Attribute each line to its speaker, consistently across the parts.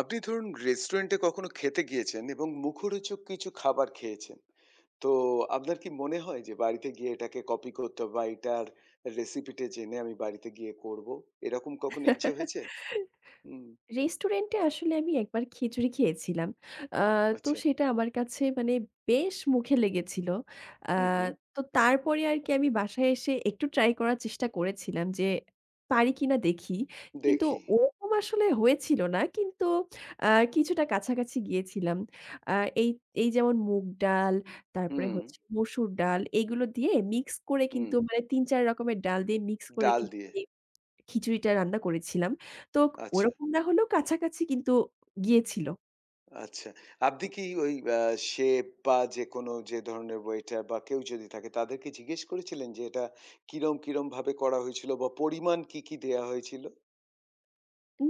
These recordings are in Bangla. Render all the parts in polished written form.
Speaker 1: আপনি ধরুন রেস্টুরেন্টে কখনো খেতে গিয়েছেন এবং মুখরোচক কিছু খাবার খেয়েছেন। তো আপনার কি মনে হয় যে বাড়িতে গিয়ে এটাকে কপি করতে হবে বা এটার রেসিপিটা জেনে আমি বাড়িতে গিয়ে করব? এরকম কখনো ইচ্ছে হয়েছে? হুম,
Speaker 2: রেস্টুরেন্টে আসলে আমি একবার খিচুড়ি খেয়েছিলাম। আ তো
Speaker 1: আচ্ছা।
Speaker 2: সেটা আমার কাছে মানে বেশ মুখে লেগেছিল। আ
Speaker 1: হুম, হুম।
Speaker 2: তো তারপরে আরকি আমি বাসায় এসে একটু ট্রাই করার চেষ্টা করেছিলাম যে পারি কিনা দেখি। কিন্তু
Speaker 1: দেখি।
Speaker 2: ওরকম আসলে হয়েছিল না। কিন্তু আ কিছুটা কাছাকাছি গিয়েছিলাম। আ এই এই যেমন মুগ ডাল, তারপরে
Speaker 1: হুম,
Speaker 2: হচ্ছে মসুর ডাল এগুলো দিয়ে মিক্স করে
Speaker 1: হুম।
Speaker 2: কিন্তু মানে ৩-৪ রকমের ডাল দিয়ে মিক্স করে
Speaker 1: ডাল
Speaker 2: কিন্তু
Speaker 1: দিয়ে।
Speaker 2: খিচুড়িটা রান্না করেছিলাম। তো
Speaker 1: আচ্ছা,
Speaker 2: ওরকম না হলেও কাছাকাছি কিন্তু গিয়েছিল।
Speaker 1: আচ্ছা। আপনি কি ওই শেফ বা যেকোনো যে ধরনের ওয়েটার বা কেউ যদি থাকে তাদেরকে জিজ্ঞেস করেছিলেন যে এটা কিরমভাবে করা হয়েছিল বা পরিমাণ কি, কি দেয়া হয়েছিল?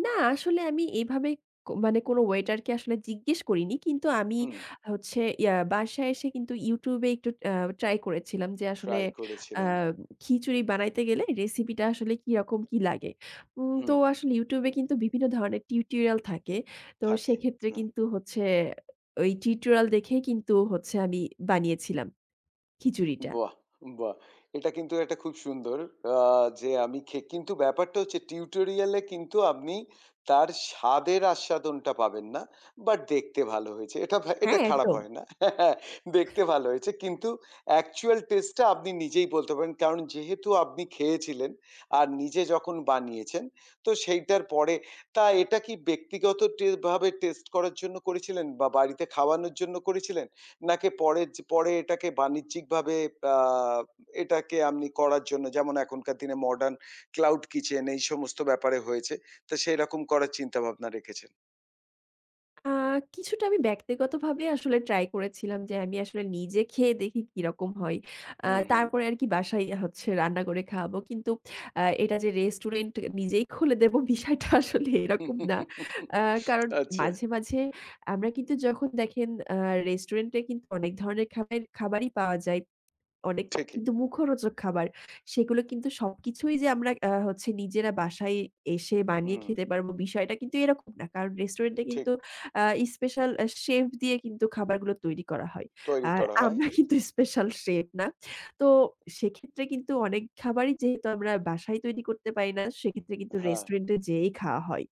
Speaker 2: না আসলে আমি এভাবে মানে কোনো ওয়েটারকে আসলে জিজ্ঞেস করিনি। কিন্তু আমি
Speaker 1: হুম।
Speaker 2: হচ্ছে ইয়া বাসায় এসে কিন্তু YouTube এ একটু ট্রাই করেছিলাম যে আসলে
Speaker 1: ট্রাই
Speaker 2: আ
Speaker 1: করেছিলেন।
Speaker 2: খিচুড়ি বানাইতে গেলে রেসিপিটা আসলে কিরকম কি লাগে। তো
Speaker 1: হুম,
Speaker 2: আসলে YouTube এ কিন্তু বিভিন্ন ধরনের টিউটোরিয়াল থাকে। তো
Speaker 1: থাকে।
Speaker 2: সেক্ষেত্রে
Speaker 1: হুম।
Speaker 2: কিন্তু হচ্ছে ওই টিউটোরিয়াল দেখেই কিন্তু হচ্ছে আমি বানিয়েছিলাম খিচুড়িটা।
Speaker 1: বাহ! বাহ! এটা কিন্তু একটা খুব সুন্দর আ যে আমি কিন্তু ব্যাপারটা হচ্ছে টিউটোরিয়াল এ কিন্তু আপনি তার স্বাদের আস্বাদনটা পাবেন না। বাট দেখতে ভালো হয়েছে। এটা
Speaker 2: হ্যাঁ,
Speaker 1: খারাপ
Speaker 2: একদম।
Speaker 1: হয় না। দেখতে ভালো হয়েছে। কিন্তু অ্যাকচুয়াল টেস্ট টা আপনি নিজেই বলতে পারেন। কারণ যেহেতু আপনি খেয়েছিলেন আর নিজে যখন বানিয়েছেন তো সেইটার পরে তা এটা কি ব্যক্তিগত ভাবে টেস্ট করার জন্য করেছিলেন বা বাড়িতে খাওয়ানোর জন্য করেছিলেন? নাকি পরে এটাকে বাণিজ্যিকভাবে আ এটাকে আপনি করার জন্য যেমন এখনকার দিনে মডার্ন ক্লাউড কিচেন এই সমস্ত ব্যাপারে হয়েছে। তো সেরকম করার চিন্তাভাবনা রেখেছেন।
Speaker 2: আ কিছুটা আমি ব্যক্তিগতভাবে আসলে ট্রাই করেছিলাম যে, আমি আসলে নিজে খেয়ে দেখি কিরকম হয়।
Speaker 1: হুম, হুম।
Speaker 2: তারপরে আরকি বাসায় হচ্ছে রান্না করে খাওয়াবো। কিন্তু এটা যে রেস্টুরেন্ট নিজেই খুলে দেব বিষয়টা আসলে এরকম না। আ কারণ
Speaker 1: আচ্ছা,
Speaker 2: মাঝে, মাঝে আমরা কিন্তু যখন দেখেন রেস্টুরেন্টে কিন্তু অনেক ধরনের খাবার খাবারই পাওয়া যায়। অনেক
Speaker 1: ঠিকই।
Speaker 2: কিন্তু মুখরোচক খাবার। সেগুলো কিন্তু সবকিছুই যে আমরা হচ্ছে নিজেরা বাসায় এসে বানিয়ে
Speaker 1: হুম,
Speaker 2: খেতে পারবো বিষয়টা কিন্তু এরকম না। কারণ রেস্টুরেন্টে
Speaker 1: ঠিক
Speaker 2: কিন্তু আ স্পেশাল শেফ দিয়ে কিন্তু খাবারগুলো তৈরি করা হয়।
Speaker 1: তৈরি
Speaker 2: আর
Speaker 1: করা হয়।
Speaker 2: আমরা কিন্তু স্পেশাল শেফ না। তো সেক্ষেত্রে কিন্তু অনেক খাবারই যেহেতু আমরা বাসায় তৈরি করতে পারি না, সেক্ষেত্রে কিন্তু
Speaker 1: হ্যাঁ,
Speaker 2: রেস্টুরেন্টে যেয়েই খাওয়া হয়।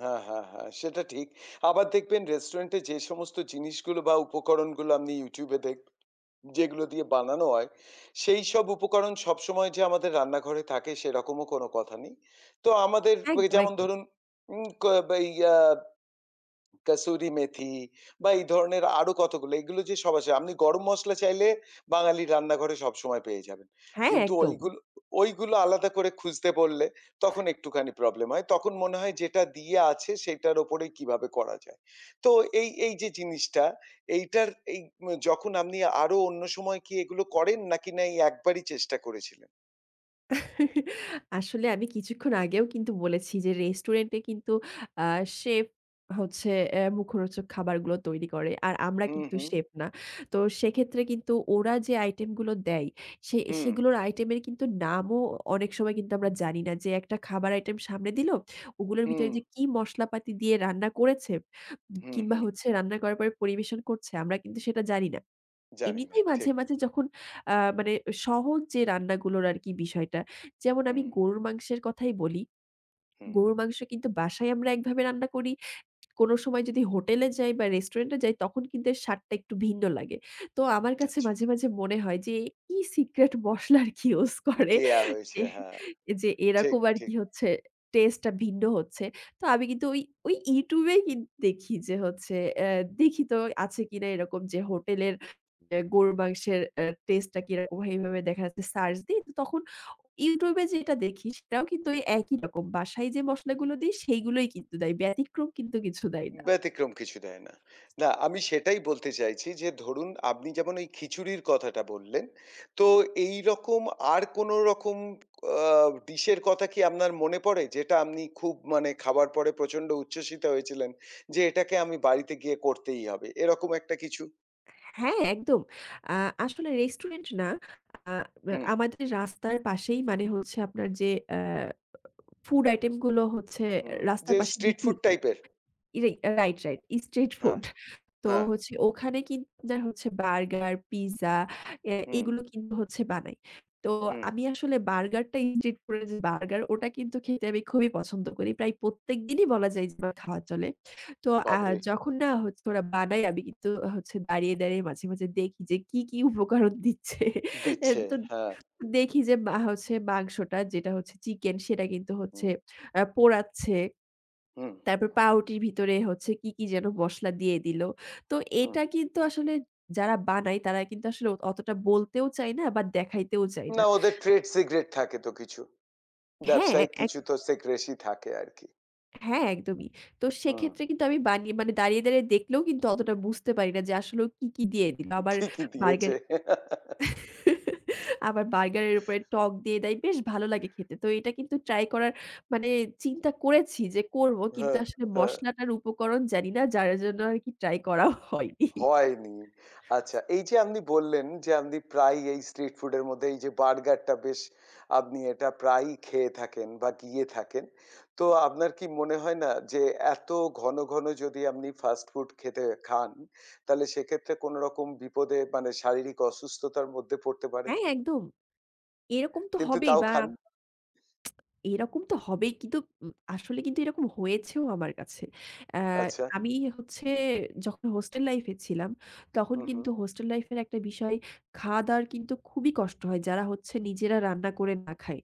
Speaker 1: হ্যাঁ, হ্যাঁ, হ্যাঁ, সেটা ঠিক। আবার দেখবেন রেস্টুরেন্টে যে সমস্ত জিনিসগুলো বা উপকরণগুলো আপনি YouTube এ দেখবেন যেগুলো দিয়ে বানানো হয়, সেইসব উপকরণ সবসময় যে আমাদের রান্নাঘরে থাকে সেরকমও কোনো কথা নেই। তো আমাদের ওই
Speaker 2: একদম,
Speaker 1: যেমন
Speaker 2: একদম।
Speaker 1: ধরুন উম ক বা ইয়া কাসুরি মেথি বা এই ধরনের আরো কতগুলো এগুলো যে সব আছে। আপনি গরম মসলা চাইলে বাঙালির রান্নাঘরে সবসময় পেয়ে যাবেন।
Speaker 2: হ্যাঁ,
Speaker 1: কিন্তু
Speaker 2: একদম।
Speaker 1: ঐগুলো ঐগুলো আলাদা করে খুঁজতে বললে তখন একটুখানি প্রবলেম হয়। তখন মনে হয় যেটা দিয়ে আছে সেটার ওপরেই কিভাবে করা যায়। তো এই যে জিনিসটা এইটার এই যখন আপনি আরো অন্য সময় কি এগুলো করেন নাকি না এই একবারই চেষ্টা করেছিলেন?
Speaker 2: আসলে আমি কিছুক্ষণ আগেও কিন্তু বলেছি যে রেস্টুরেন্টে কিন্তু আ শেফ হচ্ছে মুখরোচক খাবারগুলো তৈরি করে। আর আমরা
Speaker 1: হুম,
Speaker 2: কিন্তু
Speaker 1: হুম,
Speaker 2: শেফ না। তো সেক্ষেত্রে কিন্তু ওরা যে আইটেমগুলো দেয় সে
Speaker 1: হুম,
Speaker 2: সেগুলোর আইটেমের কিন্তু নামও অনেক সময় কিন্তু আমরা জানি না যে একটা খাবার আইটেম সামনে দিল, ওগুলোর
Speaker 1: হুম,
Speaker 2: ভিতরে যে কি মসলাপাতি দিয়ে রান্না করেছে
Speaker 1: হুম,
Speaker 2: কিংবা
Speaker 1: হুম।
Speaker 2: হচ্ছে রান্না করার পরে পরিবেশন করছে আমরা কিন্তু সেটা জানি না।
Speaker 1: জানি না।
Speaker 2: এমনিতেই মাঝে,
Speaker 1: ঠিক।
Speaker 2: মাঝে যখন মানে সহজ যে রান্নাগুলোর আরকি বিষয়টা। যেমন আমি
Speaker 1: হুম,
Speaker 2: গরুর মাংসের কথাই বলি।
Speaker 1: হুম।
Speaker 2: গরুর মাংস কিন্তু বাসায় আমরা একভাবে রান্না করি। কোন সময় যদি হোটেলে যাই বা রেস্টুরেন্টে যাই তখন কিন্তু এর স্বাদটা একটু ভিন্ন লাগে। তো আমার কাছে
Speaker 1: আচ্ছা।
Speaker 2: মাঝে, মাঝে মনে হয় যে কি সিক্রেট মসলা আরকি ইউস করে
Speaker 1: দেয়া হয়েছে,
Speaker 2: যে
Speaker 1: হ্যাঁ।
Speaker 2: যে
Speaker 1: ঠিক,
Speaker 2: এরকম
Speaker 1: ঠিক।
Speaker 2: আরকি হচ্ছে টেস্টটা ভিন্ন হচ্ছে। তো আমি কিন্তু ওই YouTube এই দেখি যে হচ্ছে দেখি তো আছে কিনা এরকম যে হোটেলের গরুর মাংসের টেস্টটা কিরকম হয় এভাবে দেখা যাচ্ছে সার্চ দিই। তো তখন YouTube এ যেটা দেখি সেটাও কিন্তু ওই একই রকম। বাসায় যে মসলাগুলো দিই সেইগুলোই কিন্তু দেয়। ব্যতিক্রম কিন্তু কিছু দেয় না।
Speaker 1: ব্যতিক্রম কিছু দেয় না। না, আমি সেটাই বলতে চাইছি যে ধরুন আপনি যেমন ওই খিচুড়ির কথাটা বললেন, তো এইরকম আর কোন রকম আ ডিশের কথা কি আপনার মনে পড়ে? যেটা আপনি খুব মানে খাবার পরে প্রচন্ড উচ্ছ্বসিত হয়েছিলেন যে এটাকে আমি বাড়িতে গিয়ে করতেই হবে। এরকম একটা কিছু?
Speaker 2: হ্যাঁ, একদম। আ আসলে রেস্টুরেন্ট না, আ
Speaker 1: হুম,
Speaker 2: আমাদের রাস্তার পাশেই মানে হচ্ছে আপনার যে আ ফুড আইটেম গুলো হচ্ছে
Speaker 1: হুম।
Speaker 2: রাস্তার
Speaker 1: যে
Speaker 2: পাশে
Speaker 1: স্ট্রিট
Speaker 2: বিক্রি
Speaker 1: ফুড
Speaker 2: করে।
Speaker 1: টাইপের?
Speaker 2: রে রাইট, রাইট। স্ট্রিট
Speaker 1: হ্যাঁ,
Speaker 2: ফুড। তো
Speaker 1: হ্যাঁ।
Speaker 2: হচ্ছে ওখানে কিন্তু আপনার হচ্ছে বার্গার, পিজ্জা
Speaker 1: হুম,
Speaker 2: এগুলো কিন্তু হচ্ছে বানাই। তো
Speaker 1: হুম।
Speaker 2: আমি আসলে বার্গারটা স্ট্রিট ফুডের যে বার্গার ওটা কিন্তু খেতে আমি খুবই পছন্দ করি। প্রায় প্রত্যেকদিনই বলা যায় যে আমার খাওয়া চলে। তো আ
Speaker 1: বাবরে!
Speaker 2: যখন না হচ্ছে ওরা বানায় আমি কিন্তু হচ্ছে দাঁড়িয়ে, দাঁড়িয়ে মাঝে, মাঝে দেখি যে কি, কি উপকরণ দিচ্ছে।
Speaker 1: দিচ্ছে।
Speaker 2: তো
Speaker 1: হ্যাঁ।
Speaker 2: দেখি যে হচ্ছে মাংসটা যেটা হচ্ছে চিকেন সেটা কিন্তু হচ্ছে
Speaker 1: হুম,
Speaker 2: পোড়াচ্ছে।
Speaker 1: হুম,
Speaker 2: তারপর পাউরুটির ভিতরে হচ্ছে কি, কি যেন মসলা দিয়ে দিল। তো
Speaker 1: হুম।
Speaker 2: এটা কিন্তু আসলে যারা বানায় তারা কিন্তু আসলে অতটা বলতেও চায় না বা দেখাইতেও চায়
Speaker 1: না,
Speaker 2: না।
Speaker 1: ওদের ট্রেড সিক্রেট থাকে তো কিছু।
Speaker 2: হ্যাঁ,
Speaker 1: ব্যবসায়িক
Speaker 2: এক
Speaker 1: কিছু তো সেক্রেসি থাকে আরকি।
Speaker 2: হ্যাঁ, একদমই। তো
Speaker 1: হুম,
Speaker 2: সেক্ষেত্রে কিন্তু আমি বানিয়ে মানে দাঁড়িয়ে, দাঁড়িয়ে দেখলেও কিন্তু অতটা বুঝতে পারি না যে আসলেও কি, কি দিয়ে দিল। আবার
Speaker 1: কি, কি দিয়েছে?
Speaker 2: বার্গার আবার বার্গারের উপরে টক দিয়ে দেয়। বেশ ভালো লাগে খেতে। তো এটা কিন্তু ট্রাই করার মানে চিন্তা করেছি যে করব। কিন্তু
Speaker 1: হ্যাঁ,
Speaker 2: আসলে
Speaker 1: হ্যাঁ,
Speaker 2: মসলাটার উপকরণ জানি না যার জন্য আরকি ট্রাই করাও হয়নি।
Speaker 1: হয়নি। আচ্ছা এই যে আপনি বললেন যে আপনি প্রায়ই এই স্ট্রিট ফুড এর মধ্যে এই যে বার্গারটা বেশ আপনি এটা প্রায়ই খেয়ে থাকেন বা গিয়ে থাকেন। তো আপনার কি মনে হয় না যে এত ঘন, ঘন যদি আপনি ফাস্ট ফুড খেতে খান, তাহলে সেক্ষেত্রে কোনো রকম বিপদে মানে শারীরিক অসুস্থতার মধ্যে পড়তে পারেন।
Speaker 2: হ্যাঁ, একদম। এরকম তো
Speaker 1: কিন্তু
Speaker 2: হবেই
Speaker 1: তাও
Speaker 2: বা
Speaker 1: খান।
Speaker 2: এরকম তো হবেই। কিন্তু আসলে কিন্তু এরকম হয়েছেও আমার কাছে। অ্যা
Speaker 1: আচ্ছা।
Speaker 2: আমি হচ্ছে যখন হোস্টেল লাইফ এ ছিলাম, তখন
Speaker 1: হু, হু,
Speaker 2: কিন্তু হোস্টেল লাইফ এর একটা বিষয় খাওয়া-দাওয়ার কিন্তু খুবই কষ্ট হয় যারা হচ্ছে নিজেরা রান্না করে না খায়।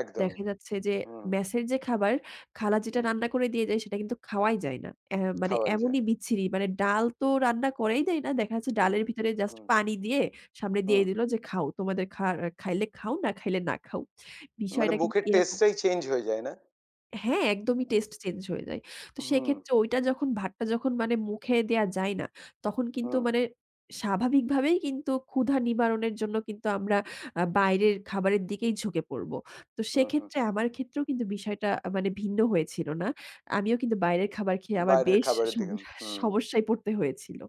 Speaker 1: একদমই।
Speaker 2: দেখা যাচ্ছে যে
Speaker 1: হুম,
Speaker 2: মেসের যে খাবার, খালা যেটা
Speaker 1: হুম,
Speaker 2: রান্না করে দিয়ে যায় সেটা কিন্তু খাওয়াই যায় না। মানে
Speaker 1: খাওয়াই যায়।
Speaker 2: এমনই বিচ্ছিরি মানে ডাল তো রান্না করাই যায় না। দেখা যাচ্ছে
Speaker 1: হুম,
Speaker 2: ডালের ভিতরে জাস্ট
Speaker 1: হুম,
Speaker 2: পানি দিয়ে সামনে
Speaker 1: হুম।
Speaker 2: দিয়ে দিল যে, "খাও। তোমাদের খাইলে খাও, না খাইলে না খাও।"
Speaker 1: মানে
Speaker 2: বিষয়টা কিন্তু
Speaker 1: মুখের
Speaker 2: এরকম।
Speaker 1: টেস্টটাই চেঞ্জ হয়ে যায় না?
Speaker 2: হ্যাঁ, একদমই
Speaker 1: হুম।
Speaker 2: টেস্ট চেঞ্জ হয়ে যায়। তো
Speaker 1: হুম,
Speaker 2: সেক্ষেত্রে ওইটা যখন ভাতটা যখন মানে মুখে দেয়া যায় না, তখন কিন্তু
Speaker 1: হুম,
Speaker 2: মানে স্বাভাবিকভাবেই কিন্তু ক্ষুধা নিবারণের জন্য কিন্তু আমরা বাইরের খাবারের দিকেই ঝুঁকে পড়ব। তো
Speaker 1: হুম, হুম।
Speaker 2: সেক্ষেত্রে আমার ক্ষেত্রেও কিন্তু বিষয়টা মানে ভিন্ন হয়েছিল না। আমিও কিন্তু বাইরের খাবার খেয়ে আমার
Speaker 1: বাইরের
Speaker 2: বেশ
Speaker 1: খাবারের দিকে
Speaker 2: সমস্যা
Speaker 1: হুম,
Speaker 2: সমস্যায় পড়তে হয়েছিল।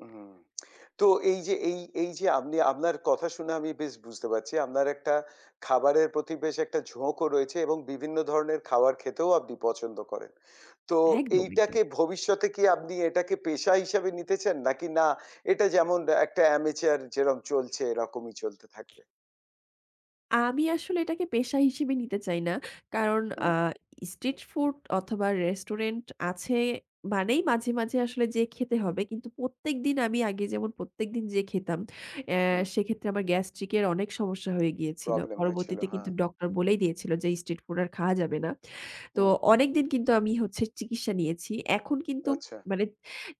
Speaker 1: হুম। তো এই যে আপনি আপনার কথা শুনে আমি বেশ বুঝতে পারছি আপনার একটা খাবারের প্রতি বেশ একটা ঝোঁকও রয়েছে এবং বিভিন্ন ধরনের খাবার খেতেও আপনি পছন্দ করেন। তো
Speaker 2: একদম, একদম।
Speaker 1: এইটাকে ভবিষ্যতে কি আপনি এটাকে পেশা হিসাবে নিতে চান? নাকি না এটা যেমন একটা amateur যেরকম চলছে এরকমই চলতে থাকবে?
Speaker 2: আমি আসলে এটাকে পেশা হিসেবে নিতে চাই না। কারণ
Speaker 1: হুম,
Speaker 2: স্ট্রিট ফুড অথবা রেস্টুরেন্ট আছে মানেই মাঝে, মাঝে আসলে যেয়ে খেতে হবে। কিন্তু প্রত্যেকদিন আমি আগে যেমন প্রত্যেকদিন যেয়ে খেতাম, অ্যা
Speaker 1: হুম।
Speaker 2: সেক্ষেত্রে আমার গ্যাস্ট্রিক এর অনেক সমস্যা হয়ে গিয়েছিল।
Speaker 1: প্রবলেম হয়েছিল।
Speaker 2: পরবর্তীতে
Speaker 1: হ্যাঁ,
Speaker 2: কিন্তু ডক্টর বলেই দিয়েছিল যে, "স্ট্রিট ফুড আর খাওয়া যাবে না।" তো
Speaker 1: হুম।
Speaker 2: অনেকদিন কিন্তু আমি হচ্ছে চিকিৎসা নিয়েছি। এখন কিন্তু
Speaker 1: আচ্ছা,
Speaker 2: মানে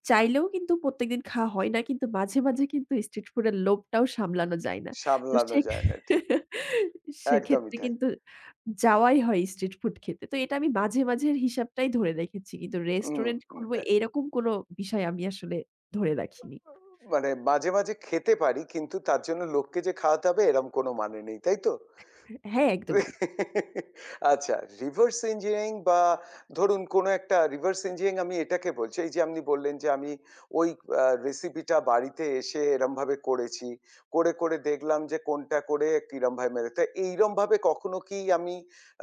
Speaker 2: চাইলেও কিন্তু প্রত্যেকদিন খাওয়া হয় না। কিন্তু মাঝে, মাঝে কিন্তু স্ট্রিট ফুডের লোভটাও সামলানো যায় না। তো
Speaker 1: সামলানো
Speaker 2: সে
Speaker 1: যায় না ঠিক। একদমই
Speaker 2: সেক্ষেত্রে
Speaker 1: তাই।
Speaker 2: কিন্তু যাওয়াই হয় স্ট্রিট ফুড খেতে। তো এটা আমি মাঝে, মাঝের হিসাবটাই ধরে রেখেছি। কিন্তু
Speaker 1: উম
Speaker 2: রেস্টুরেন্ট খুলবো
Speaker 1: এ
Speaker 2: এরকম কোনো বিষয় আমি আসলে ধরে রাখিনি।
Speaker 1: মানে মাঝে, মাঝে খেতে পারি কিন্তু তার জন্য লোককে যে খাওয়াতে হবে এরম কোনো মানে নেই। তাই তো?
Speaker 2: হ্যাঁ, একদমই।
Speaker 1: আচ্ছা reverse engineering বা ধরুন কোনো একটা reverse engineering আমি এটাকে বলছি এই যে আপনি বললেন যে আমি ওই রেসিপিটা বাড়িতে এসে এরমভাবে করেছি। করে, করে দেখলাম যে কোনটা করে কিরমভাবে মেরে তো এইরমভাবে কখনো কি আমি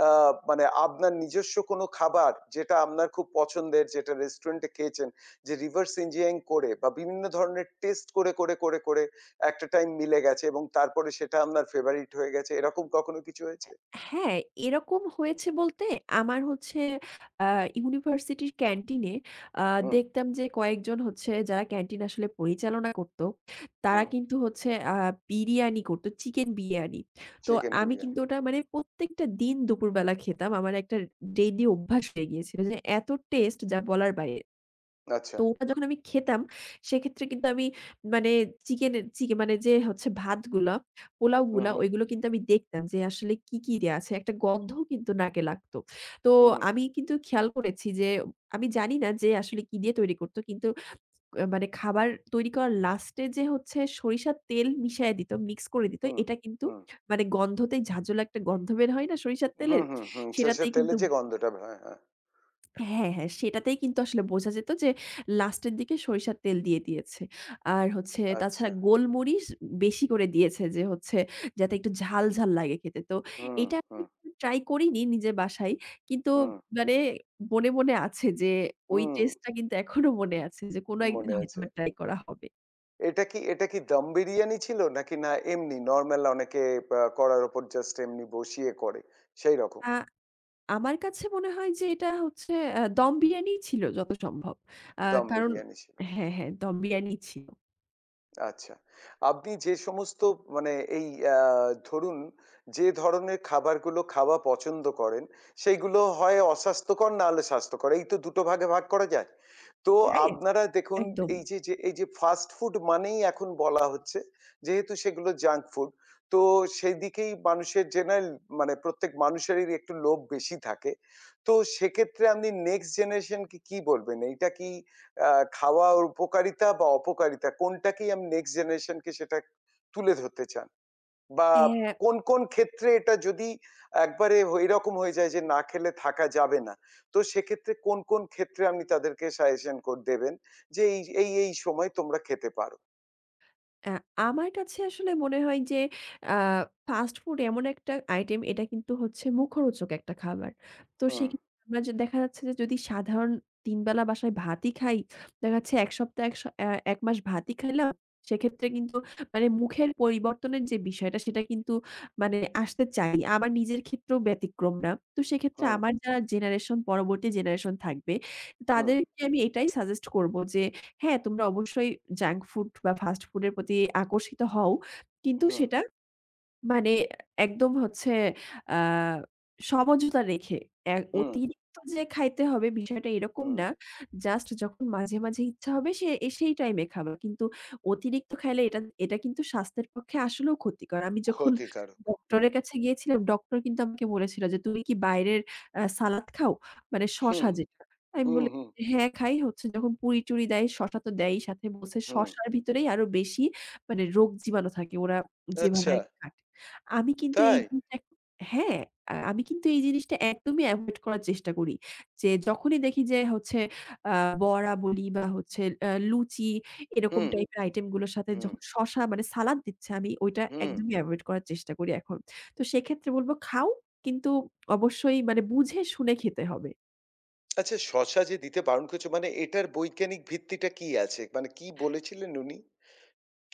Speaker 1: আ মানে আপনার নিজস্ব কোনো খাবার যেটা আপনার খুব পছন্দের যেটা রেস্টুরেন্টে খেয়েছেন যে reverse engineering করে বা বিভিন্ন ধরনের টেস্ট করে, করে, করে, করে একটা টাইম মিলে গেছে এবং তারপরে সেটা আপনার ফেভারিট হয়ে গেছে এরকম কখনো কিছু হয়েছে?
Speaker 2: হ্যাঁ, এরকম হয়েছে বলতে আমার হচ্ছে আ ইউনিভার্সিটির ক্যান্টিনে আ
Speaker 1: হুম,
Speaker 2: দেখতাম যে কয়েকজন হচ্ছে যারা ক্যান্টিন আসলে পরিচালনা করত, তারা
Speaker 1: হুম।
Speaker 2: কিন্তু হচ্ছে বিরিয়ানি করত, চিকেন বিরিয়ানি। তো
Speaker 1: চিকেন
Speaker 2: আমি
Speaker 1: বিরিয়ানি।
Speaker 2: কিন্তু ওটা মানে
Speaker 1: হুম,
Speaker 2: প্রত্যেকটা দিন দুপুরবেলা খেতাম। আমার একটা ডেইলি অভ্যাস হয়ে গিয়েছিল যে এত টেস্ট যা বলার বাইরে।
Speaker 1: আচ্ছা।
Speaker 2: তো ওটা যখন আমি খেতাম, সেক্ষেত্রে কিন্তু আমি মানে চিকেনের চিকে মানে যে হচ্ছে ভাতগুলা,
Speaker 1: হুম,
Speaker 2: পোলাওগুলা
Speaker 1: হুম,
Speaker 2: ওইগুলো কিন্তু আমি দেখতাম যে আসলে কি, কি দেয়া আছে। একটা গন্ধ কিন্তু নাকে লাগতো। তো
Speaker 1: হুম,
Speaker 2: আমি কিন্তু খেয়াল করেছি যে আমি জানি না যে আসলে কি দিয়ে তৈরি করত। কিন্তু মানে খাবার তৈরি করার লাস্টে যে হচ্ছে সরিষার তেল মিশায়ে দিত, মিক্স করে দিত।
Speaker 1: হুম,
Speaker 2: এটা কিন্তু
Speaker 1: হুম,
Speaker 2: মানে গন্ধতেই ঝাঁঝালো একটা গন্ধ বের হয় না সরিষার
Speaker 1: হুম,
Speaker 2: তেলের?
Speaker 1: হুম, হুম। সর্ষের
Speaker 2: সেটাতেই কিন্তু
Speaker 1: তেলের যে গন্ধটা হ্যাঁ, হ্যাঁ।
Speaker 2: হ্যাঁ, হ্যাঁ, সেটাতেই কিন্তু আসলে বোঝা যেত যে লাস্টের দিকে সরিষার তেল দিয়ে দিয়েছে। আর হচ্ছে তাছাড়া
Speaker 1: আচ্ছা।
Speaker 2: গোলমরিচ বেশি করে দিয়েছে যে হচ্ছে যাতে একটু ঝাল, ঝাল লাগে খেতে। তো
Speaker 1: হুম,
Speaker 2: এটা আমি
Speaker 1: হুম,
Speaker 2: ট্রাই করিনি নিজের বাসায়। কিন্তু
Speaker 1: হুম,
Speaker 2: মানে মনে, মনে আছে যে ওই
Speaker 1: হুম,
Speaker 2: টেস্টটা কিন্তু এখনো মনে আছে যে কোনো একদিন
Speaker 1: মনে আছে।
Speaker 2: হয়তোবা ট্রাই করা হবে।
Speaker 1: এটা কি দম বিরিয়ানি ছিল নাকি না এমনি নরমাল অনেকে কড়ার উপর জাস্ট এমনি বসিয়ে করে সেইরকম
Speaker 2: আ আমার কাছে মনে হয় যে এটা হচ্ছে দম বিরিয়ানিই ছিল যত সম্ভব। আ
Speaker 1: দম
Speaker 2: কারণ
Speaker 1: বিরিয়ানি ছিল?
Speaker 2: হ্যাঁ, হ্যাঁ, দম বিরিয়ানিই ছিল।
Speaker 1: আচ্ছা। আপনি যে সমস্ত মানে এই আ ধরুন যে ধরনের খাবারগুলো খাওয়া পছন্দ করেন, সেইগুলো হয় অস্বাস্থ্যকর না হলে স্বাস্থ্যকর। এই তো দুটো ভাগে ভাগ করা যায়? তো
Speaker 2: হ্যাঁ,
Speaker 1: আপনারা দেখুন
Speaker 2: একদম।
Speaker 1: এই যে ফাস্ট ফুড মানেই এখন বলা হচ্ছে যেহেতু সেগুলো জাঙ্ক ফুড। তো সেদিকেই মানুষের জেনারেল মানে প্রত্যেক মানুষেরই একটু লোভ বেশি থাকে। তো সেক্ষেত্রে আপনি নেক্সট জেনারেশন কে কি বলবেন? এইটা কি আ খাওয়ার উপকারিতা বা অপকারিতা কোনটাকেই আপনি নেক্সট জেনারেশন কে সেটা তুলে ধরতে চান? বা
Speaker 2: অ্যা
Speaker 1: কোন কোন ক্ষেত্রে এটা যদি একবারে এরকম হয়ে যায় যে না খেলে থাকা যাবে না। তো সেক্ষেত্রে কোন, কোন ক্ষেত্রে আপনি তাদেরকে সাজেশন কোড দেবেন যে এই, এই, এই সময় তোমরা খেতে পারো?
Speaker 2: আ আমার কাছে আসলে মনে হয় যে আ ফাস্ট ফুড এমন একটা আইটেম এটা কিন্তু হচ্ছে মুখরোচক একটা খাবার। তো
Speaker 1: হুম,
Speaker 2: সেক্ষেত্রে আমরা যে দেখা যাচ্ছে যে যদি সাধারণ ৩ বেলা বাসায় ভাতই খাই, দেখা যাচ্ছে ১ সপ্তাহ এক স অ্যা ১ মাস ভাতই খাইলাম। সেক্ষেত্রে কিন্তু মানে মুখের পরিবর্তনের যে বিষয়টা সেটা কিন্তু মানে আসতে চাই। আমার নিজের ক্ষেত্রেও ব্যতিক্রম না। তো সেক্ষেত্রে
Speaker 1: হুম,
Speaker 2: আমার যারা জেনারেশন পরবর্তী জেনারেশন থাকবে,
Speaker 1: হুম,
Speaker 2: তাদেরকে আমি এটাই সাজেস্ট করব যে হ্যাঁ, তোমরা অবশ্যই জাঙ্ক ফুড বা ফাস্ট ফুডের প্রতি আকর্ষিত হও। কিন্তু
Speaker 1: হুম,
Speaker 2: সেটা মানে একদম হচ্ছে আ সমঝোতা রেখে এ
Speaker 1: হুম,
Speaker 2: অতিরিক্ত যে খাইতে হবে বিষয়টা এরকম
Speaker 1: হুম,
Speaker 2: না। জাস্ট যখন মাঝে, মাঝে ইচ্ছা হবে সে এ সেই টাইমে খাবে। কিন্তু অতিরিক্ত খাইলে এটা এটা কিন্তু স্বাস্থ্যের পক্ষে আসলেও ক্ষতিকর। আমি যখন
Speaker 1: ক্ষতিকারক। হুম,
Speaker 2: ডক্টরের কাছে গিয়েছিলাম, ডক্টর কিন্তু আমাকে বলেছিল যে, "তুমি কি বাইরের সালাদ খাও?" মানে
Speaker 1: হুম,
Speaker 2: শসা যেটা। আমি
Speaker 1: হুম,
Speaker 2: বলি
Speaker 1: হুম,
Speaker 2: হ্যাঁ, খাই হচ্ছে যখন পুরি-টুরি দেয় শসা তো দেয়ই সাথে বলছে
Speaker 1: হুম।
Speaker 2: শসার ভিতরেই আরো বেশি মানে রোগ জীবাণু থাকে ওরা যেভাবে
Speaker 1: আচ্ছা,
Speaker 2: আরকি কাটে। আমি কিন্তু এই
Speaker 1: তাই?
Speaker 2: জিনিসটা এখন হ্যাঁ, আমি কিন্তু এই জিনিসটা একদমই এভয়েড করার চেষ্টা করি। যে যখনই দেখি যে হচ্ছে আ বড়া বলি বা হচ্ছে লুচি এরকম
Speaker 1: হুম,
Speaker 2: টাইপের আইটেম গুলোর সাথে
Speaker 1: হুম,
Speaker 2: যখন শশা মানে সালাদ দিচ্ছে আমি ওইটা
Speaker 1: হুম।
Speaker 2: একদমই এভয়েড করার চেষ্টা করি এখন। তো সেক্ষেত্রে বলব খাও কিন্তু অবশ্যই মানে বুঝে শুনে খেতে হবে।
Speaker 1: আচ্ছা শসা যে দিতে বারণ করছে মানে এটার বৈজ্ঞানিক ভিত্তিটা কি আছে? মানে কি বলেছিলেন উনি?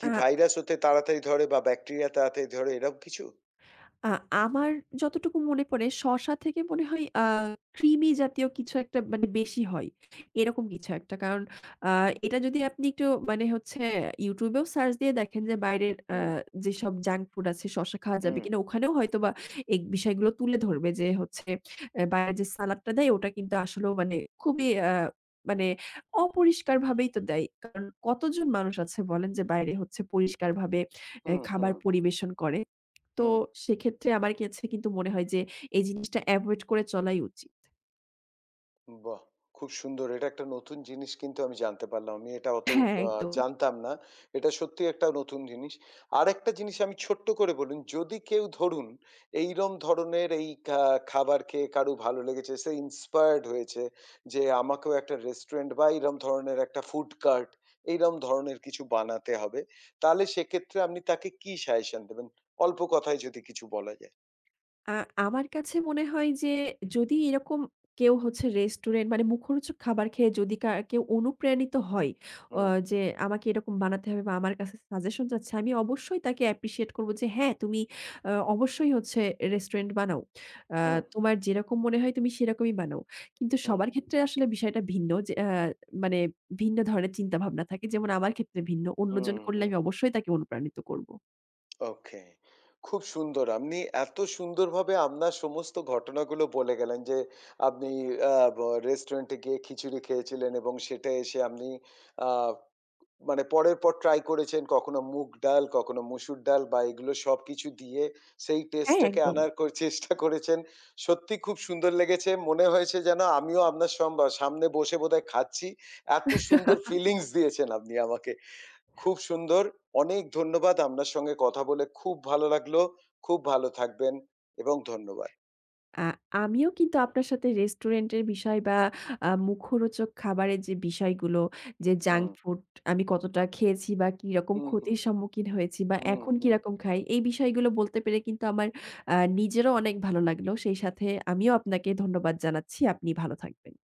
Speaker 2: আ
Speaker 1: ভাইরাস ওতে তাড়াতাড়ি ধরে বা ব্যাকটেরিয়া তাড়াতাড়ি ধরে এরকম কিছু?
Speaker 2: আ আমার যতটুকু মনে পড়ে শসা থেকে মনে হয় ক্রিমি জাতীয় কিছু একটা মানে বেশি হয়। এরকম কিছু একটা। কারণ আ এটা যদি আপনি একটু মানে হচ্ছে YouTube এও সার্চ দিয়ে দেখেন যে বাইরের
Speaker 1: হুম,
Speaker 2: যেসব জাঙ্ক ফুড আছে শসা খাওয়া যাবে
Speaker 1: হুম,
Speaker 2: কিনা? ওখানেও হয়তোবা এই বিষয়গুলো তুলে ধরবে যে হচ্ছে বাইরে যে সালাদটা দেয় ওটা কিন্তু আসলেও মানে খুবই মানে অপরিষ্কারভাবেই তো দেয়। কারণ কতজন মানুষ আছে বলেন যে বাইরে হচ্ছে পরিষ্কারভাবে
Speaker 1: হুম,
Speaker 2: খাবার
Speaker 1: হুম,
Speaker 2: পরিবেশন করে? তো
Speaker 1: হুম।
Speaker 2: সেক্ষেত্রে আমার কাছে কিন্তু মনে হয় যে এই জিনিসটা এভয়েড করে চলাই উচিত।
Speaker 1: বাহ! খুব সুন্দর। এটা একটা নতুন জিনিস কিন্তু আমি জানতে পারলাম। আমি এটা অত
Speaker 2: হ্যাঁ,
Speaker 1: আ
Speaker 2: একদম।
Speaker 1: জানতাম না। এটা সত্যিই একটা নতুন জিনিস। আরেকটা জিনিস আমি ছোট্ট করে বলুন, যদি কেউ ধরুন এইরম ধরনের এই খাবার খেয়ে কারো ভালো লেগেছে, সে ইন্সপায়ার্ড হয়েছে যে আমাকেও একটা রেস্টুরেন্ট বা এইরম ধরনের একটা ফুড কার্ট এইরম ধরনের কিছু বানাতে হবে। তাহলে সেক্ষেত্রে আপনি তাকে কি সাজেশন দেবেন? অল্প কথায় যদি কিছু বলা যায়।
Speaker 2: আ আমার কাছে মনে হয় যে যদি এরকম কেউ হচ্ছে রেস্টুরেন্ট মানে মুখরোচক খাবার খেয়ে যদি কেউ অনুপ্রাণিত হয় অ
Speaker 1: হুম,
Speaker 2: যে আমাকে এরকম বানাতে হবে বা আমার কাছে সাজেশন চাচ্ছে, আমি অবশ্যই তাকে অ্যাপ্রিশিয়েট করব যে হ্যাঁ, তুমি অবশ্যই হচ্ছে রেস্টুরেন্ট বানাও। আ
Speaker 1: হুম,
Speaker 2: তোমার যেরকম মনে হয় তুমি সেরকমই বানাও। কিন্তু
Speaker 1: হুম,
Speaker 2: সবার ক্ষেত্রে আসলে বিষয়টা ভিন্ন যে মানে ভিন্ন ধরনের চিন্তাভাবনা থাকে। যেমন আমার ক্ষেত্রে ভিন্ন।
Speaker 1: হুম,
Speaker 2: অন্যজন করলে
Speaker 1: হুম।
Speaker 2: আমি অবশ্যই তাকে অনুপ্রাণিত করব।
Speaker 1: ওকে। খুব সুন্দর। আপনি এত সুন্দরভাবে আপনার সমস্ত ঘটনাগুলো বলে গেলেন যে, আপনি আ ব রেস্টুরেন্টে গিয়ে খিচুড়ি খেয়েছিলেন এবং সেটা এসে আপনি আ মানে পরের পর ট্রাই করেছেন। কখনো মুগ ডাল, কখনো মসুর ডাল বা এগুলো সবকিছু দিয়ে সেই
Speaker 2: হ্যাঁ,
Speaker 1: টেস্টটাকে
Speaker 2: একদম।
Speaker 1: আনার চেষ্টা করেছেন। সত্যি খুব সুন্দর লেগেছে। মনে হয়েছে যেন আমিও আপনার সামনে বসে বোধহয় খাচ্ছি। এত সুন্দর ফিলিংস দিয়েছেন আপনি আমাকে। খুব সুন্দর। অনেক ধন্যবাদ। আপনার সঙ্গে কথা বলে খুব ভালো লাগলো। খুব ভালো থাকবেন এবং ধন্যবাদ।
Speaker 2: আ আমিও কিন্তু আপনার সাথে রেস্টুরেন্টের বিষয় বা মুখরোচক খাবারের যে বিষয়গুলো, যে জাঙ্ক
Speaker 1: হুম,
Speaker 2: ফুড আমি কতটা খেয়েছি বা কিরকম
Speaker 1: হুম, হুম,
Speaker 2: ক্ষতির সম্মুখীন হয়েছি বা
Speaker 1: হুম,
Speaker 2: এখন
Speaker 1: হুম।
Speaker 2: কিরকম খাই, এই বিষয়গুলো বলতে পেরে কিন্তু আমার নিজেরও অনেক ভালো লাগলো। সেই সাথে আমিও আপনাকে ধন্যবাদ জানাচ্ছি। আপনি ভালো থাকবেন।